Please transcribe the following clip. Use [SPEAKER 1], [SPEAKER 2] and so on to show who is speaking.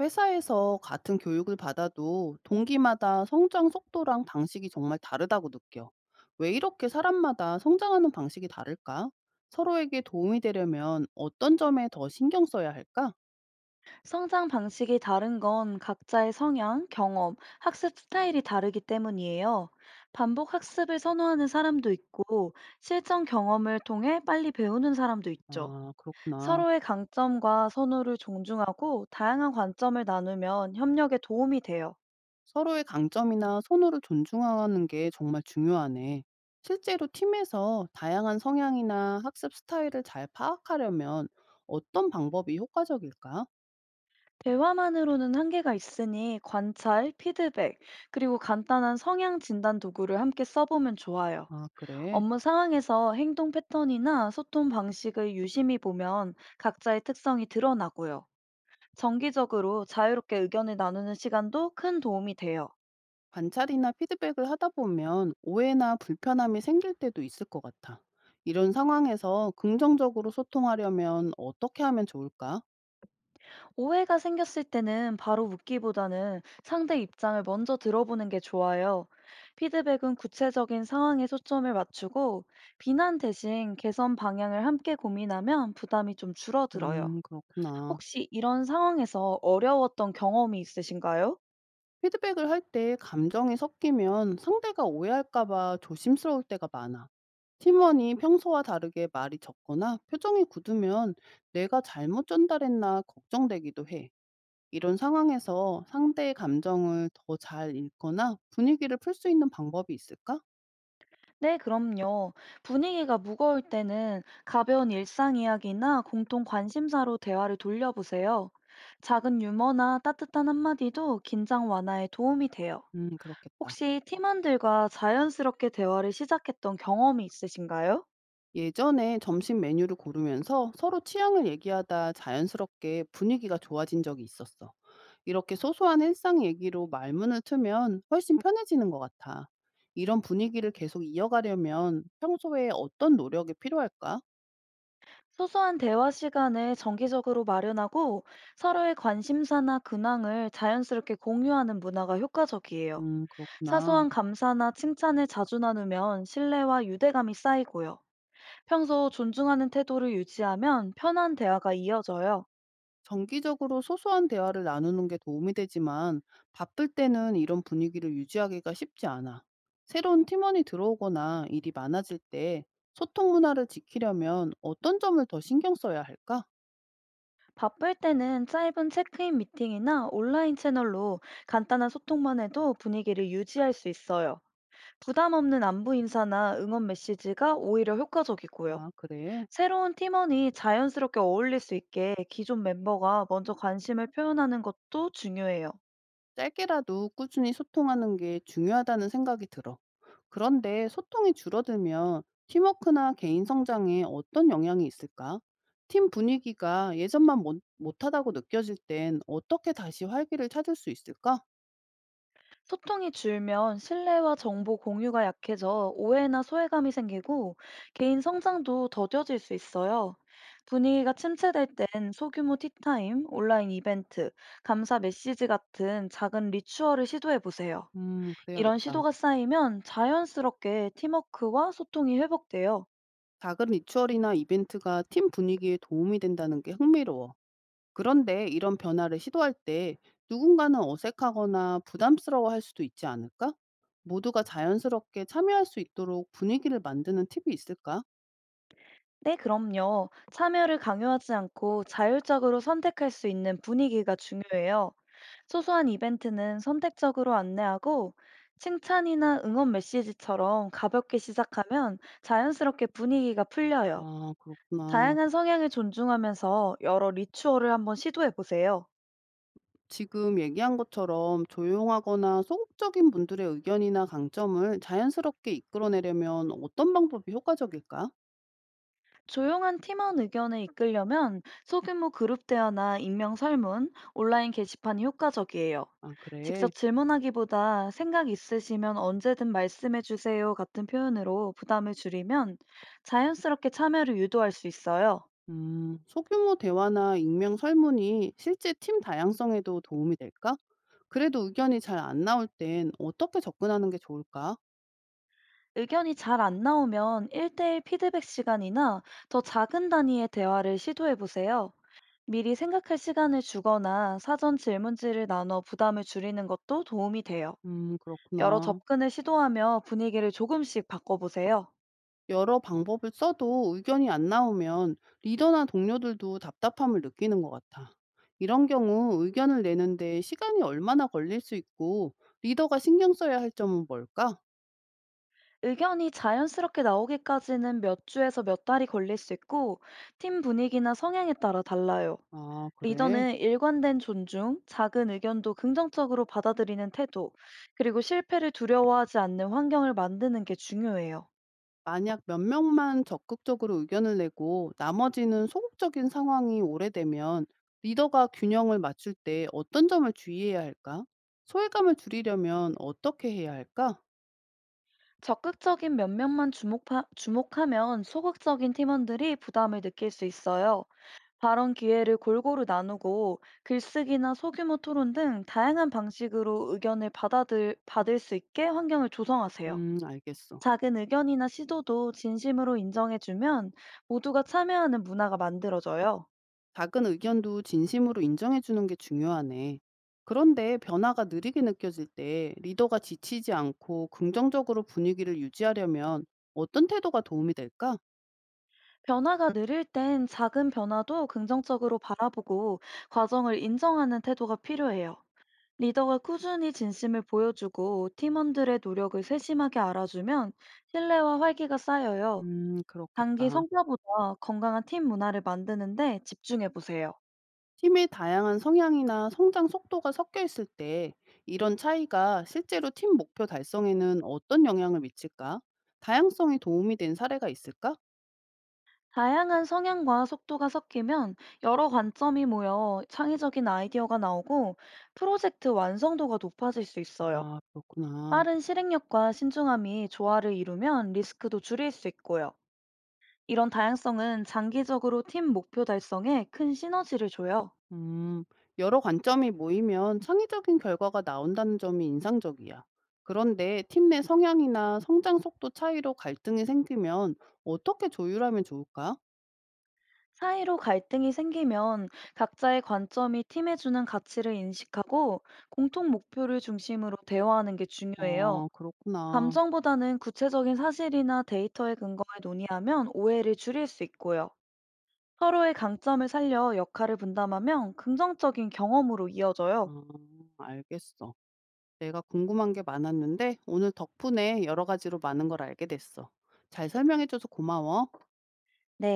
[SPEAKER 1] 회사에서 같은 교육을 받아도 동기마다 성장 속도랑 방식이 정말 다르다고 느껴. 왜 이렇게 사람마다 성장하는 방식이 다를까? 서로에게 도움이 되려면 어떤 점에 더 신경 써야 할까?
[SPEAKER 2] 성장 방식이 다른 건 각자의 성향, 경험, 학습 스타일이 다르기 때문이에요. 반복 학습을 선호하는 사람도 있고, 실전 경험을 통해 빨리 배우는 사람도 있죠.
[SPEAKER 1] 아, 그렇구나.
[SPEAKER 2] 서로의 강점과 선호를 존중하고 다양한 관점을 나누면 협력에 도움이 돼요.
[SPEAKER 1] 서로의 강점이나 선호를 존중하는 게 정말 중요하네. 실제로 팀에서 다양한 성향이나 학습 스타일을 잘 파악하려면 어떤 방법이 효과적일까?
[SPEAKER 2] 대화만으로는 한계가 있으니 관찰, 피드백, 그리고 간단한 성향 진단 도구를 함께 써보면 좋아요.
[SPEAKER 1] 아, 그래.
[SPEAKER 2] 업무 상황에서 행동 패턴이나 소통 방식을 유심히 보면 각자의 특성이 드러나고요. 정기적으로 자유롭게 의견을 나누는 시간도 큰 도움이 돼요.
[SPEAKER 1] 관찰이나 피드백을 하다 보면 오해나 불편함이 생길 때도 있을 것 같아. 이런 상황에서 긍정적으로 소통하려면 어떻게 하면 좋을까?
[SPEAKER 2] 오해가 생겼을 때는 바로 묻기보다는 상대 입장을 먼저 들어보는 게 좋아요. 피드백은 구체적인 상황에 초점을 맞추고 비난 대신 개선 방향을 함께 고민하면 부담이 좀 줄어들어요.
[SPEAKER 1] 그렇구나.
[SPEAKER 2] 혹시 이런 상황에서 어려웠던 경험이 있으신가요?
[SPEAKER 1] 피드백을 할 때 감정이 섞이면 상대가 오해할까봐 조심스러울 때가 많아. 팀원이 평소와 다르게 말이 적거나 표정이 굳으면 내가 잘못 전달했나 걱정되기도 해. 이런 상황에서 상대의 감정을 더 잘 읽거나 분위기를 풀 수 있는 방법이 있을까?
[SPEAKER 2] 네, 그럼요. 분위기가 무거울 때는 가벼운 일상 이야기나 공통 관심사로 대화를 돌려보세요. 작은 유머나 따뜻한 한마디도 긴장 완화에 도움이 돼요.
[SPEAKER 1] 음, 그렇겠다.
[SPEAKER 2] 혹시 팀원들과 자연스럽게 대화를 시작했던 경험이 있으신가요?
[SPEAKER 1] 예전에 점심 메뉴를 고르면서 서로 취향을 얘기하다 자연스럽게 분위기가 좋아진 적이 있었어. 이렇게 소소한 일상 얘기로 말문을 트면 훨씬 편해지는 것 같아. 이런 분위기를 계속 이어가려면 평소에 어떤 노력이 필요할까?
[SPEAKER 2] 소소한 대화 시간을 정기적으로 마련하고 서로의 관심사나 근황을 자연스럽게 공유하는 문화가 효과적이에요.
[SPEAKER 1] 그렇구나.
[SPEAKER 2] 사소한 감사나 칭찬을 자주 나누면 신뢰와 유대감이 쌓이고요. 평소 존중하는 태도를 유지하면 편한 대화가 이어져요.
[SPEAKER 1] 정기적으로 소소한 대화를 나누는 게 도움이 되지만 바쁠 때는 이런 분위기를 유지하기가 쉽지 않아. 새로운 팀원이 들어오거나 일이 많아질 때 소통 문화를 지키려면 어떤 점을 더 신경 써야 할까?
[SPEAKER 2] 바쁠 때는 짧은 체크인 미팅이나 온라인 채널로 간단한 소통만 해도 분위기를 유지할 수 있어요. 부담 없는 안부 인사나 응원 메시지가 오히려 효과적이고요.
[SPEAKER 1] 아, 그래.
[SPEAKER 2] 새로운 팀원이 자연스럽게 어울릴 수 있게 기존 멤버가 먼저 관심을 표현하는 것도 중요해요.
[SPEAKER 1] 짧게라도 꾸준히 소통하는 게 중요하다는 생각이 들어. 그런데 소통이 줄어들면 팀워크나 개인 성장에 어떤 영향이 있을까? 팀 분위기가 예전만 못, 못하다고 느껴질 땐 어떻게 다시 활기를 찾을 수 있을까?
[SPEAKER 2] 소통이 줄면 신뢰와 정보 공유가 약해져 오해나 소외감이 생기고 개인 성장도 더뎌질 수 있어요. 분위기가 침체될 땐 소규모 티타임, 온라인 이벤트, 감사 메시지 같은 작은 리추얼을 시도해 보세요. 이런
[SPEAKER 1] 그래야겠다.
[SPEAKER 2] 시도가 쌓이면 자연스럽게 팀워크와 소통이 회복돼요.
[SPEAKER 1] 작은 리추얼이나 이벤트가 팀 분위기에 도움이 된다는 게 흥미로워. 그런데 이런 변화를 시도할 때 누군가는 어색하거나 부담스러워할 수도 있지 않을까? 모두가 자연스럽게 참여할 수 있도록 분위기를 만드는 팁이 있을까?
[SPEAKER 2] 네, 그럼요. 참여를 강요하지 않고 자율적으로 선택할 수 있는 분위기가 중요해요. 소소한 이벤트는 선택적으로 안내하고 칭찬이나 응원 메시지처럼 가볍게 시작하면 자연스럽게 분위기가 풀려요.
[SPEAKER 1] 아, 그렇구나.
[SPEAKER 2] 다양한 성향을 존중하면서 여러 리추얼을 한번 시도해 보세요.
[SPEAKER 1] 지금 얘기한 것처럼 조용하거나 소극적인 분들의 의견이나 강점을 자연스럽게 이끌어내려면 어떤 방법이 효과적일까?
[SPEAKER 2] 조용한 팀원 의견을 이끌려면 소규모 그룹 대화나 익명 설문, 온라인 게시판이 효과적이에요.
[SPEAKER 1] 아, 그래.
[SPEAKER 2] 직접 질문하기보다 생각 있으시면 언제든 말씀해 주세요 같은 표현으로 부담을 줄이면 자연스럽게 참여를 유도할 수 있어요.
[SPEAKER 1] 소규모 대화나 익명 설문이 실제 팀 다양성에도 도움이 될까? 그래도 의견이 잘 안 나올 땐 어떻게 접근하는 게 좋을까?
[SPEAKER 2] 의견이 잘 안 나오면 1대1 피드백 시간이나 더 작은 단위의 대화를 시도해 보세요. 미리 생각할 시간을 주거나 사전 질문지를 나눠 부담을 줄이는 것도 도움이 돼요. 여러
[SPEAKER 1] 그렇구나.
[SPEAKER 2] 접근을 시도하며 분위기를 조금씩 바꿔보세요.
[SPEAKER 1] 여러 방법을 써도 의견이 안 나오면 리더나 동료들도 답답함을 느끼는 것 같아. 이런 경우 의견을 내는데 시간이 얼마나 걸릴 수 있고 리더가 신경 써야 할 점은 뭘까?
[SPEAKER 2] 의견이 자연스럽게 나오기까지는 몇 주에서 몇 달이 걸릴 수 있고, 팀 분위기나 성향에 따라 달라요.
[SPEAKER 1] 아, 그래.
[SPEAKER 2] 리더는 일관된 존중, 작은 의견도 긍정적으로 받아들이는 태도, 그리고 실패를 두려워하지 않는 환경을 만드는 게 중요해요.
[SPEAKER 1] 만약 몇 명만 적극적으로 의견을 내고 나머지는 소극적인 상황이 오래되면 리더가 균형을 맞출 때 어떤 점을 주의해야 할까? 소외감을 줄이려면 어떻게 해야 할까?
[SPEAKER 2] 적극적인 면면만 주목하면 소극적인 팀원들이 부담을 느낄 수 있어요. 발언 기회를 골고루 나누고 글쓰기나 소규모 토론 등 다양한 방식으로 의견을 받을 수 있게 환경을 조성하세요.
[SPEAKER 1] 알겠어.
[SPEAKER 2] 작은 의견이나 시도도 진심으로 인정해주면 모두가 참여하는 문화가 만들어져요.
[SPEAKER 1] 작은 의견도 진심으로 인정해 주는 게 중요하네. 그런데 변화가 느리게 느껴질 때 리더가 지치지 않고 긍정적으로 분위기를 유지하려면 어떤 태도가 도움이 될까?
[SPEAKER 2] 변화가 느릴 땐 작은 변화도 긍정적으로 바라보고 과정을 인정하는 태도가 필요해요. 리더가 꾸준히 진심을 보여주고 팀원들의 노력을 세심하게 알아주면 신뢰와 활기가 쌓여요. 단기
[SPEAKER 1] 그렇겠다.
[SPEAKER 2] 성과보다 건강한 팀 문화를 만드는데 집중해 보세요.
[SPEAKER 1] 팀의 다양한 성향이나 성장 속도가 섞여 있을 때 이런 차이가 실제로 팀 목표 달성에는 어떤 영향을 미칠까? 다양성이 도움이 된 사례가 있을까?
[SPEAKER 2] 다양한 성향과 속도가 섞이면 여러 관점이 모여 창의적인 아이디어가 나오고 프로젝트 완성도가 높아질 수 있어요.
[SPEAKER 1] 아, 그렇구나.
[SPEAKER 2] 빠른 실행력과 신중함이 조화를 이루면 리스크도 줄일 수 있고요. 이런 다양성은 장기적으로 팀 목표 달성에 큰 시너지를 줘요.
[SPEAKER 1] 음, 여러 관점이 모이면 창의적인 결과가 나온다는 점이 인상적이야. 그런데 팀 내 성향이나 성장 속도 차이로 갈등이 생기면 어떻게 조율하면 좋을까?
[SPEAKER 2] 사이로 갈등이 생기면 각자의 관점이 팀에 주는 가치를 인식하고 공통 목표를 중심으로 대화하는 게 중요해요.
[SPEAKER 1] 어, 그렇구나.
[SPEAKER 2] 감정보다는 구체적인 사실이나 데이터에 근거해 논의하면 오해를 줄일 수 있고요. 서로의 강점을 살려 역할을 분담하면 긍정적인 경험으로 이어져요.
[SPEAKER 1] 아, 알겠어. 내가 궁금한 게 많았는데 오늘 덕분에 여러 가지로 많은 걸 알게 됐어. 잘 설명해줘서 고마워.
[SPEAKER 2] 네.